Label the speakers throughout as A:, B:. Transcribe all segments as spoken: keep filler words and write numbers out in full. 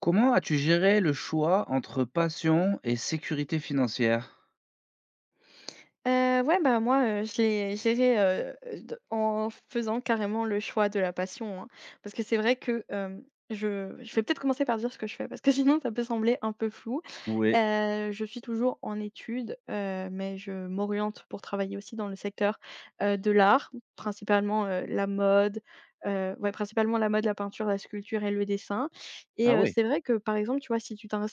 A: Comment as-tu géré le choix entre passion et sécurité financière?
B: Heu, ouais, bah, moi, heu, je l'ai géré, heu, d en faisant carrément le choix de la passion, hein. Parce que c'est vrai que, hem, je je vais peut-être commencer par dire ce que je fais, parce que sinon ça peut sembler un peu flou.
A: Oui.
B: Heu, je suis toujours en études, heu, mais je m'oriente pour travailler aussi dans le secteur, heu, de l'art, principalement, heu, la mode, heu, ouais, principalement la mode, la peinture, la sculpture et le dessin. Et
A: Ah
B: heu,
A: oui,
B: c'est vrai que, par exemple, tu vois, si tu t'inres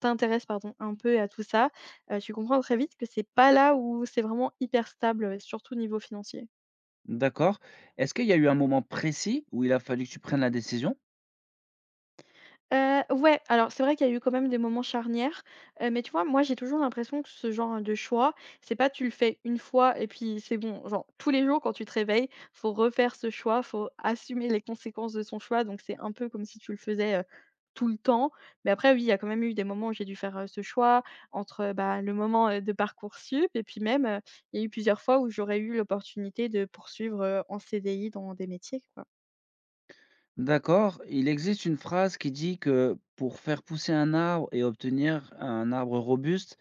B: t'intéresses, pardon, un peu à tout ça, heu, tu comprends très vite que c'est pas là où c'est vraiment hyper stable, surtout niveau financier.
A: d'accord. Est-ce qu'il y a eu un moment précis où il a fallu que tu prennes la décision?
B: Heu, ouais, alors c'est vrai qu'il y a eu quand même des moments charnières, heu, mais tu vois, moi j'ai toujours l'impression que ce genre de choix, c'est pas tu le fais une fois et puis c'est bon. Genre tous les jours quand tu te réveilles, faut refaire ce choix, faut assumer les conséquences de son choix, donc c'est un peu comme si tu le faisais, heu, tout le temps. Mais après oui, il y a quand même eu des moments où j'ai dû faire, heu, ce choix entre, euh, bah, le moment, heu, de Parcoursup et puis même, heu, il y a eu plusieurs fois où j'aurais eu l'opportunité de poursuivre, heu, en C D I dans des métiers, quoi.
A: D'accord. Il existe une phrase qui dit que pour faire pousser un arbre et obtenir un arbre robuste,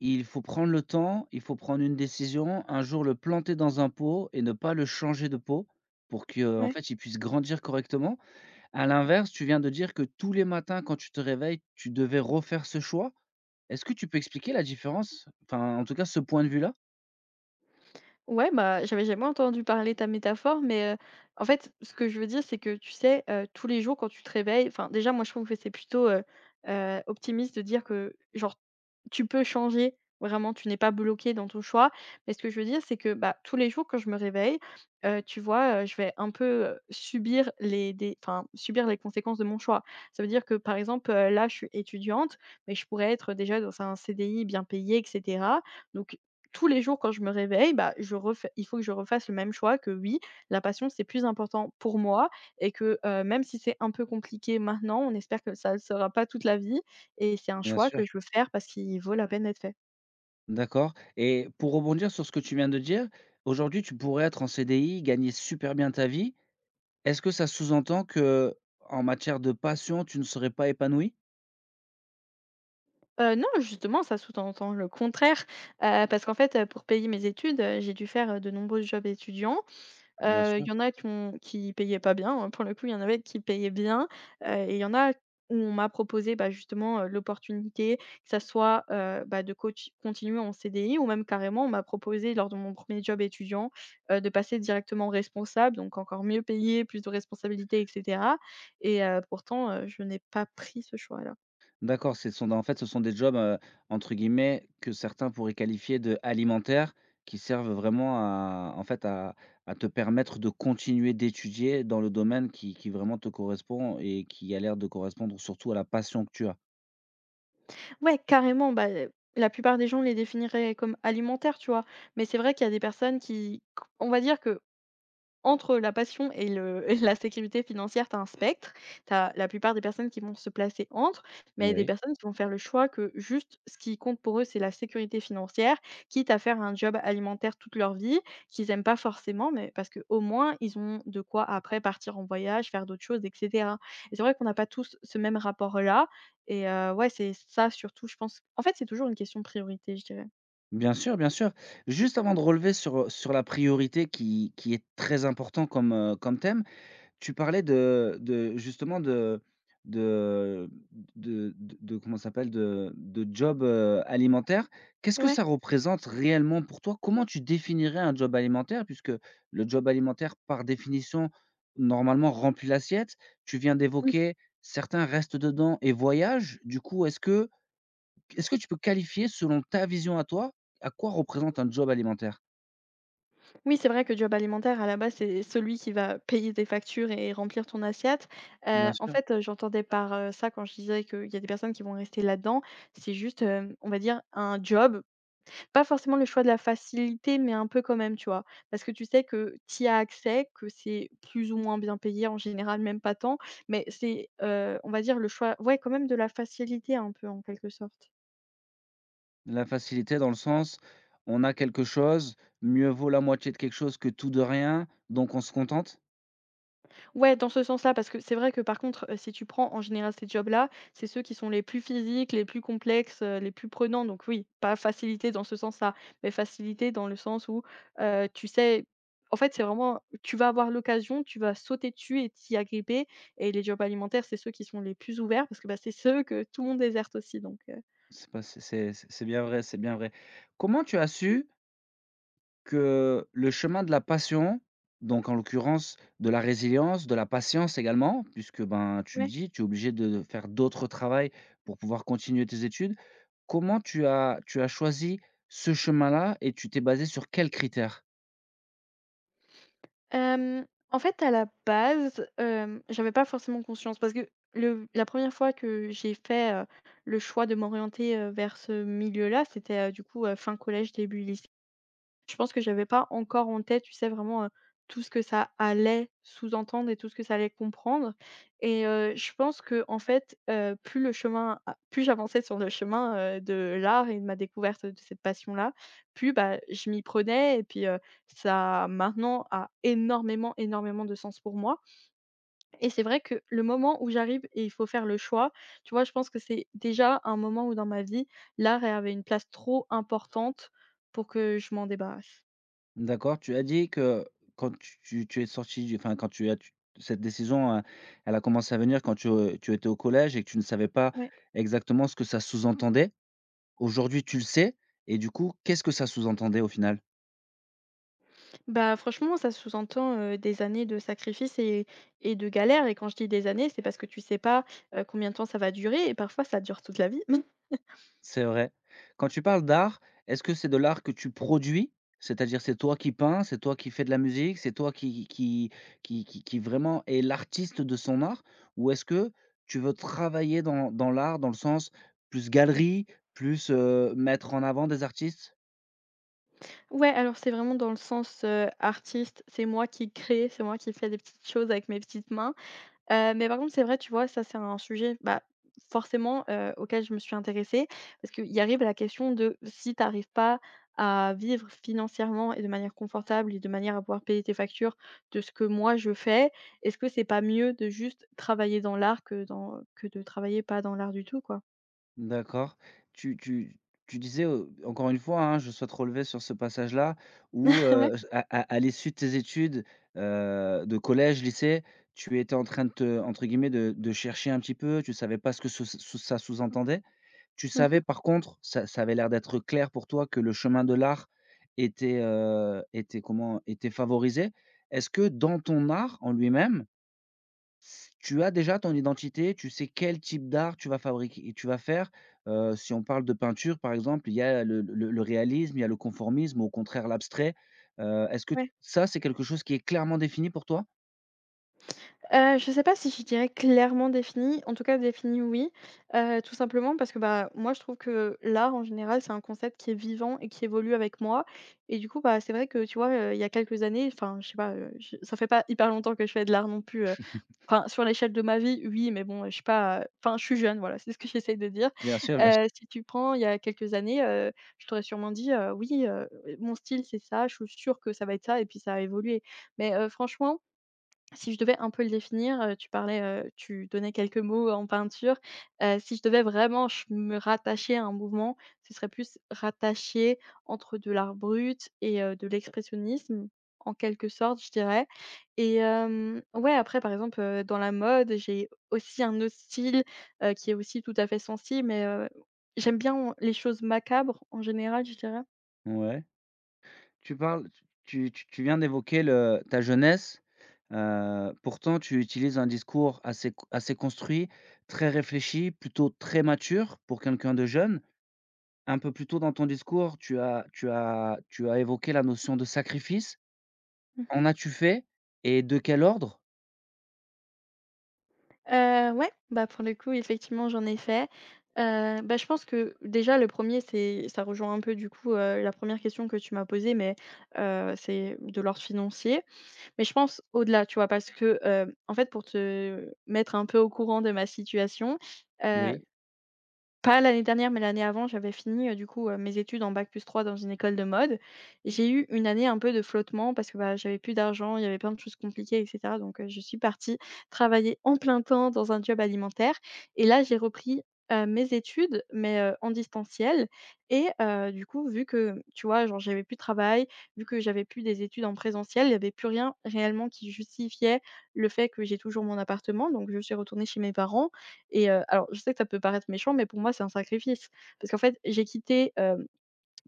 A: il faut prendre le temps, il faut prendre une décision, un jour le planter dans un pot et ne pas le changer de pot pour que, en
B: Ouais.
A: fait, il puisse grandir correctement. À l'inverse, tu viens de dire que tous les matins quand tu te réveilles, tu devais refaire ce choix. Est-ce que tu peux expliquer la différence? Enfin, en tout cas, ce point de vue-là?
B: Ouais, bah, j'avais jamais entendu parler ta métaphore, mais, heu, en fait, ce que je veux dire, c'est que, tu sais, heu, tous les jours quand tu te réveilles enfin, déjà, moi, je trouve que c'est plutôt, heu heu, optimiste de dire que genre tu peux changer, vraiment, tu n'es pas bloqué dans ton choix. Mais ce que je veux dire, c'est que, bah, tous les jours quand je me réveille, heu, tu vois, heu, je vais un peu, heu, subir les des enfin, subir les conséquences de mon choix. Ça veut dire que, par exemple, heu, là, je suis étudiante, mais je pourrais être déjà dans un C D I bien payé et cetera. Donc tous les jours quand je me réveille, bah, je refais il faut que je refasse le même choix que oui, la passion, c'est plus important pour moi et que, heu, même si c'est un peu compliqué maintenant, on espère que ça ne sera pas toute la vie. Et c'est un
A: Bien
B: choix
A: sûr.
B: que je veux faire parce qu'il vaut la peine d'être fait.
A: D'accord, et pour rebondir sur ce que tu viens de dire, aujourd'hui, tu pourrais être en C D I, gagner super bien ta vie. Est-ce que ça sous-entend que, en matière de passion, tu ne serais pas épanoui?
B: Heu, non, justement, ça sous-entend le contraire, heu, parce qu'en fait, heu, pour payer mes études, heu, j'ai dû faire, heu, de nombreux jobs étudiants.
A: Bien
B: Heu, il
A: sûr.
B: y en a qui ont qui payaient pas bien, hein, pour le coup, il y en avait qui payaient bien, heu et il y en a où on m'a proposé, bah, justement, heu, l'opportunité, que ça soit, heu, bah, de coach continuer en C D I ou même carrément on m'a proposé lors de mon premier job étudiant, heu, de passer directement responsable, donc encore mieux payé, plus de responsabilités et cetera et heu, pourtant, heu, je n'ai pas pris ce choix-là.
A: D'accord, ce sont en fait, ce sont des jobs, heu, entre guillemets, que certains pourraient qualifier de «alimentaires», qui servent vraiment à en fait, à à te permettre de continuer d'étudier dans le domaine qui qui vraiment te correspond et qui a l'air de correspondre surtout à la passion que tu as.
B: Ouais, carrément, bah, heu, la plupart des gens les définiraient comme alimentaires, tu vois? Mais c'est vrai qu'il y a des personnes qui on va dire que entre la passion et le et la sécurité financière, tu as un spectre. Tu as la plupart des personnes qui vont se placer entre, mais il y a des
A: Oui.
B: personnes qui vont faire le choix que juste ce qui compte pour eux, c'est la sécurité financière, quitte à faire un job alimentaire toute leur vie, qu'ils aiment pas forcément, mais parce qu'au moins ils ont de quoi après partir en voyage, faire d'autres choses et cetera. Et c'est vrai qu'on n'a pas tous ce même rapport-là et heu, ouais, c'est ça surtout, je pense. En fait, c'est toujours une question de priorité, je dirais.
A: Bien sûr, bien sûr. Juste avant de relever sur, sur la priorité qui qui est très important comme, heu, comme thème, tu parlais de de justement de de de de de comment ça s'appelle? De de job, heu, alimentaire. Qu'est-ce que
B: Ouais.
A: ça représente réellement pour toi? Comment tu définirais un job alimentaire? Puisque le job alimentaire, par définition, normalement, remplit l'assiette. Tu viens d'évoquer certains restent dedans et voyagent. Du coup, est-ce que est-ce que tu peux qualifier selon ta vision à toi, à quoi représente un job alimentaire?
B: Oui, c'est vrai que job alimentaire, à la base, c'est celui qui va payer tes factures et remplir ton assiette. Heu,
A: Bien
B: en
A: sûr.
B: fait, heu, j'entendais par, heu, ça quand je disais qu'il y a des personnes qui vont rester là-dedans, c'est juste, hem, on va dire un job, pas forcément le choix de la facilité, mais un peu quand même, tu vois? Parce que tu sais que tu y as accès, que c'est plus ou moins bien payé, en général même pas tant, mais c'est, heu, on va dire le choix ouais, quand même de la facilité un peu, en quelque sorte.
A: La facilité dans le sens, on a quelque chose, mieux vaut la moitié de quelque chose que tout de rien, donc on se contente?
B: Ouais, dans ce sens-là, parce que c'est vrai que par contre, heu, si tu prends en général ces jobs-là, c'est ceux qui sont les plus physiques, les plus complexes, heu, les plus prenants. Donc oui, pas facilité dans ce sens-là, mais facilité dans le sens où, heu, tu sais en fait, c'est vraiment tu vas avoir l'occasion, tu vas sauter dessus et t'y agripper et les jobs alimentaires, c'est ceux qui sont les plus ouverts parce que, bah, c'est ceux que tout le monde déserte aussi donc
A: C'est pas c'est c'est c'est bien vrai, c'est bien vrai. Comment tu as su que le chemin de la passion, donc en l'occurrence de la résilience, de la patience également, puisque, ben, tu le
B: heu
A: dis, tu es obligé de faire d'autres travail pour pouvoir continuer tes études. Comment tu as tu as choisi ce chemin-là et tu t'es basé sur quels critères?
B: Hem, En fait, à la base, hem, j'avais pas forcément conscience parce que le la première fois que j'ai fait, heu, le choix de m'orienter, heu, vers ce milieu-là, c'était, heu, du coup, heu, fin collège, début lycée. Je pense que j'avais pas encore en tête, tu sais, vraiment, heu, tout ce que ça allait sous-entendre et tout ce que ça allait comprendre et heu, je pense que en fait, heu, plus le chemin a plus j'avançais sur le chemin, heu, de l'art et de ma découverte de cette passion-là, plus, bah, je m'y prenais et puis, heu, ça maintenant a énormément, énormément de sens pour moi et c'est vrai que le moment où j'arrive et il faut faire le choix, tu vois, je pense que c'est déjà un moment où dans ma vie, l'art avait une place trop importante pour que je m'en débarrasse.
A: D'accord, tu as dit que quand tu tu tu es sorti du enfin, quand tu as tu cette décision, heu, elle a commencé à venir quand tu, heu, tu étais au collège et que tu ne savais pas
B: Ouais.
A: exactement ce que ça sous-entendait. Aujourd'hui, tu le sais et du coup, qu'est-ce que ça sous-entendait au final?
B: Bah, franchement, ça sous-entend, heu, des années de sacrifices et et de galères et quand je dis des années, c'est parce que tu sais pas, heu, combien de temps ça va durer et parfois ça dure toute la vie.
A: C'est vrai. Quand tu parles d'art, est-ce que c'est de l'art que tu produis? C'est-à-dire c'est toi qui peins, c'est toi qui fais de la musique, c'est toi qui qui qui qui qui vraiment est l'artiste de son art? Ou est-ce que tu veux travailler dans dans l'art, dans le sens plus galerie, plus, heu, mettre en avant des artistes?
B: Ouais, alors c'est vraiment dans le sens, heu, artiste, c'est moi qui crée, c'est moi qui fais des petites choses avec mes petites mains. Heu, mais par contre, c'est vrai, tu vois, ça, c'est un sujet, bah, forcément, heu, auquel je me suis intéressée parce qu'il arrive la question de si tu n'arrives pas à vivre financièrement et de manière confortable et de manière à pouvoir payer tes factures de ce que moi je fais, est-ce que c'est pas mieux de juste travailler dans l'art que dans que de travailler pas dans l'art du tout, quoi?
A: D'accord. Tu tu tu disais, heu, encore une fois, hein, je souhaite relever sur ce passage-là où,
B: Ouais.
A: heu, à à à l'issue de tes études, heu, de collège, lycée, tu étais en train de te entre guillemets de de «chercher» un petit peu, tu savais pas ce que ce sous ça sous-entendait. Tu savais
B: Mmh.
A: par contre, ça ça avait l'air d'être clair pour toi que le chemin de l'art était, heu, était comment? Était favorisé. Est-ce que dans ton art en lui-même, tu as déjà ton identité, tu sais quel type d'art tu vas fabriquer tu vas faire. Heu, si on parle de peinture, par exemple, il y a le le le réalisme, il y a le conformisme, au contraire l'abstrait. Heu, est-ce que
B: Ouais.
A: ça, c'est quelque chose qui est clairement défini pour toi?
B: Heu, je sais pas si je dirais clairement défini. En tout cas défini, oui. Heu, tout simplement parce que, bah, moi je trouve que l'art en général, c'est un concept qui est vivant et qui évolue avec moi et du coup, bah, c'est vrai que tu vois, heu, il y a quelques années, enfin je sais pas, heu, je ça fait pas hyper longtemps que je fais de l'art non plus, heu, enfin sur l'échelle de ma vie, oui, mais bon, heu, je suis pas, enfin je suis jeune, voilà, c'est ce que j'essaye de dire.
A: Bien sûr, bien
B: Heu,
A: sûr.
B: si tu prends il y a quelques années, heu, je t'aurais sûrement dit, heu: «Oui, heu, mon style c'est ça, je suis sûre que ça va être ça» et puis ça a évolué. Mais, heu, franchement si je devais un peu le définir, heu, tu parlais, heu, tu donnais quelques mots en peinture. Heu, si je devais vraiment ch me rattacher à un mouvement, ce serait plus rattaché entre de l'art brut et heu, de l'expressionnisme, en quelque sorte, je dirais et hem, ouais, après, par exemple, heu, dans la mode, j'ai aussi un autre style, heu, qui est aussi tout à fait sensible mais heu, j'aime bien les choses macabres en général, je dirais.
A: Ouais. Tu parles tu tu tu viens d'évoquer le ta jeunesse, heu, pourtant tu utilises un discours assez assez construit, très réfléchi, plutôt très mature pour quelqu'un de jeune. Un peu plus tôt dans ton discours, tu as tu as tu as évoqué la notion de sacrifice. En
B: Mmh.
A: as-tu fait et de quel ordre?
B: Heu, ouais, bah, pour le coup, effectivement, j'en ai fait. Heu, bah, je pense que déjà le premier c'est ça rejoint un peu du coup, heu, la première question que tu m'as posée, mais heu, c'est de l'ordre financier. Mais je pense au-delà, tu vois? Parce que, heu, en fait, pour te mettre un peu au courant de ma situation, heu
A: Oui,
B: pas l'année dernière, mais l'année avant, j'avais fini, heu, du coup, heu, mes études en bac plus trois dans une école de mode. J'ai eu une année un peu de flottement parce que, bah, j'avais plus d'argent, il y avait plein de choses compliquées et cetera, donc heu, je suis partie travailler en plein temps dans un job alimentaire et là, j'ai repris heu, mes études, mais heu, en distanciel. Et heu, du coup, vu que, tu vois, genre, j'avais plus de travail, vu que j'avais plus des études en présentiel, il y avait plus rien réellement qui justifiait le fait que j'ai toujours mon appartement, donc je suis retournée chez mes parents. Et heu, alors je sais que ça peut paraître méchant, mais pour moi c'est un sacrifice. Parce qu'en fait, j'ai quitté, hem,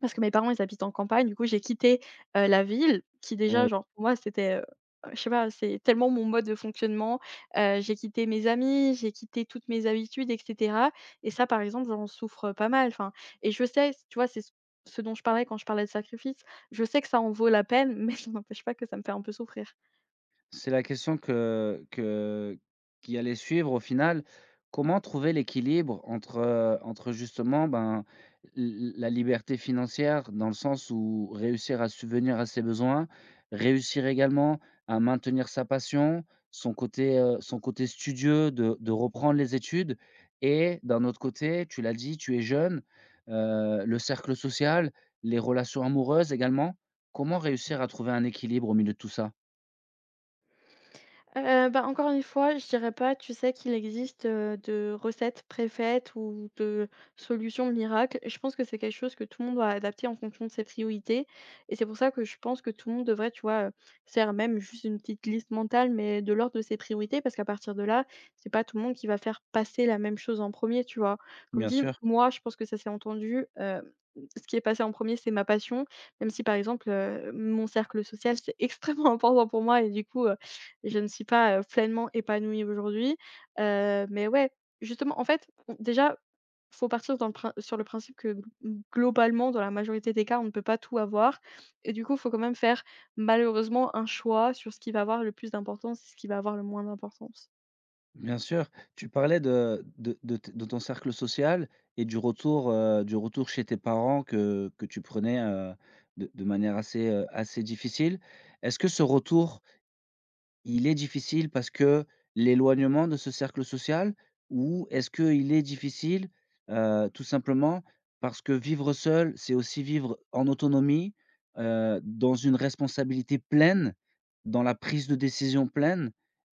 B: parce que mes parents ils habitent en campagne, du coup j'ai quitté, heu, la ville qui déjà,
A: oui.
B: genre, pour moi c'était, heu, je sais pas, c'est tellement mon mode de fonctionnement. Heu, j'ai quitté mes amis, j'ai quitté toutes mes habitudes et cetera, et ça par exemple j'en souffre pas mal, enfin, et je sais, tu vois, c'est ce ce dont je parlais quand je parlais de sacrifice, je sais que ça en vaut la peine, mais ça n'empêche pas que ça me fait un peu souffrir.
A: C'est la question que que qui allait suivre au final. Comment trouver l'équilibre entre, heu, entre justement, ben, l la liberté financière dans le sens où réussir à subvenir à ses besoins, réussir également à maintenir sa passion, son côté, heu, son côté studieux de de reprendre les études et d'un autre côté, tu l'as dit, tu es jeune, heu, le cercle social, les relations amoureuses également. Comment réussir à trouver un équilibre au milieu de tout ça?
B: Heu, bah, encore une fois, je dirais pas, tu sais, qu'il existe, heu, de recettes préfaites ou de solutions miracles. Je pense que c'est quelque chose que tout le monde doit adapter en fonction de ses priorités, et c'est pour ça que je pense que tout le monde devrait, tu vois, heu, faire même juste une petite liste mentale, mais de l'ordre de ses priorités, parce qu'à partir de là, c'est pas tout le monde qui va faire passer la même chose en premier, tu vois? Comme
A: Bien
B: dit,
A: sûr.
B: moi, je pense que ça s'est entendu, hem, ce qui est passé en premier, c'est ma passion, même si, par exemple, heu, mon cercle social, c'est extrêmement important pour moi, et du coup, je ne suis pas, heu, pleinement épanouie aujourd'hui. Heu, mais ouais, justement, en fait, on déjà, faut partir dans le prin sur le principe que g globalement, dans la majorité des cas, on ne peut pas tout avoir, et du coup, il faut quand même faire malheureusement un choix sur ce qui va avoir le plus d'importance et ce qui va avoir le moins d'importance.
A: Bien sûr, tu parlais de de de t de ton cercle social et du retour, heu, du retour chez tes parents que que tu prenais, heu, de de manière assez, heu, assez difficile. Est-ce que ce retour il est difficile parce que l'éloignement de ce cercle social ou est-ce qu'il est difficile, heu, tout simplement parce que vivre seul, c'est aussi vivre en autonomie, heu, dans une responsabilité pleine, dans la prise de décision pleine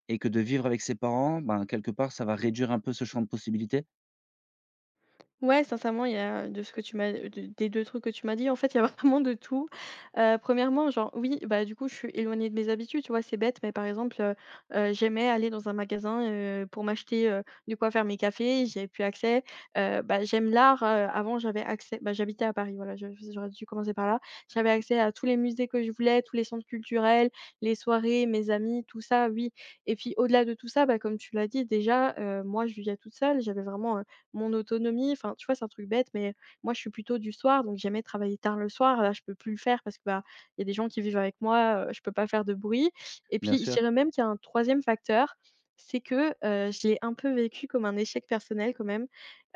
A: et que de vivre avec ses parents, ben, quelque part, ça va réduire un peu ce champ de possibilités?
B: Ouais, sincèrement, il y a de ce que tu m'as de des deux trucs que tu m'as dit, en fait, il y a vraiment de tout. Heu, premièrement, genre, oui, bah, du coup, je suis éloignée de mes habitudes, tu vois? C'est bête, mais par exemple, heu heu, j'aimais aller dans un magasin, heu, pour m'acheter, heu, de quoi faire mes cafés, j'y avais plus accès. Heu, bah, j'aime l'art, heu, avant j'avais accès, bah, j'habitais à Paris, voilà, je j'aurais dû commencer par là. J'avais accès à tous les musées que je voulais, tous les centres culturels, les soirées, mes amis, tout ça, oui. Et puis au-delà de tout ça, bah, comme tu l'as dit déjà, heu, moi je vivais toute seule, j'avais vraiment, mon autonomie. Enfin, tu vois, c'est un truc bête, mais moi, je suis plutôt du soir, donc j'aimais travailler tard le soir. Là, je peux plus le faire parce que, bah, il y a des gens qui vivent avec moi, heu, je peux pas faire de bruit. Et
A: Bien
B: puis, je
A: sûr.
B: dirais même qu'il y a un troisième facteur, c'est que, heu, je l'ai un peu vécu comme un échec personnel quand même,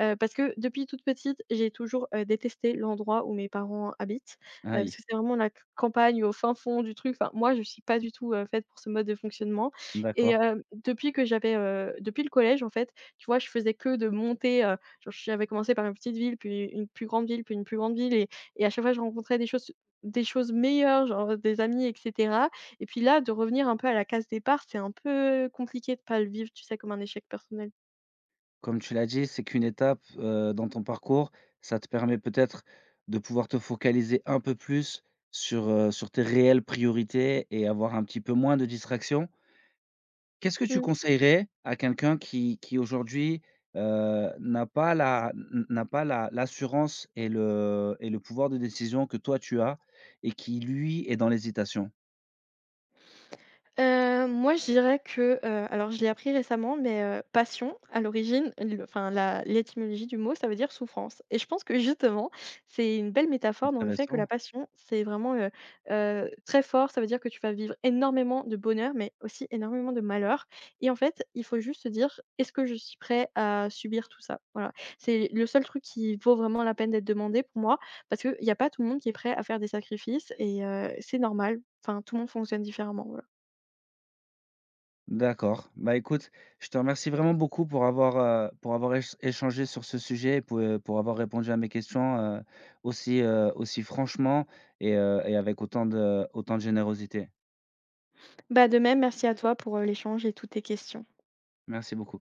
B: heu, parce que depuis toute petite, j'ai toujours, heu, détesté l'endroit où mes parents habitent, heu, parce
A: Aïe,
B: que c'est vraiment la c campagne, au fin fond du truc. Enfin, moi, je suis pas du tout, heu, faite pour ce mode de fonctionnement. Et
A: d'accord.
B: heu, depuis que j'avais, heu, depuis le collège, en fait, tu vois? Je faisais que de monter, heu, genre j'avais commencé par une petite ville, puis une plus grande ville, puis une plus grande ville, et et à chaque fois je rencontrais des choses, des choses meilleures, genre des amis et cetera, et puis là, de revenir un peu à la case départ, c'est un peu compliqué de pas le vivre, tu sais? Comme un échec personnel.
A: Comme tu l'as dit, c'est qu'une étape, heu, dans ton parcours. Ça te permet peut-être de pouvoir te focaliser un peu plus sur, heu, sur tes réelles priorités et avoir un petit peu moins de distractions. Qu'est-ce que tu
B: Mmh.
A: conseillerais à quelqu'un qui qui aujourd'hui, heu, n'a pas la n n'a pas la l'assurance et le et le pouvoir de décision que toi tu as et qui lui est dans l'hésitation?
B: Heu, moi, je dirais que, heu, alors je l'ai appris récemment, mais, heu, passion à l'origine, le enfin la l'étymologie du mot, ça veut dire souffrance, et je pense que justement, c'est une belle métaphore dans le fait que
A: Intéressant.
B: la passion, c'est vraiment, heu heu, très fort. Ça veut dire que tu vas vivre énormément de bonheur, mais aussi énormément de malheur, et en fait, il faut juste se dire: «Est-ce que je suis prêt à subir tout ça?» Voilà. C'est le seul truc qui vaut vraiment la peine d'être demandé pour moi, parce qu'il n'y a pas tout le monde qui est prêt à faire des sacrifices, et heu, c'est normal. Enfin, tout le monde fonctionne différemment, voilà.
A: D'accord. Bah, écoute, je te remercie vraiment beaucoup pour avoir, heu, pour avoir éch échangé sur ce sujet et pour, heu, pour avoir répondu à mes questions, heu, aussi, heu, aussi franchement et heu, et avec autant de autant de générosité.
B: Bah, de même, merci à toi pour, heu, l'échange et toutes tes questions.
A: Merci beaucoup.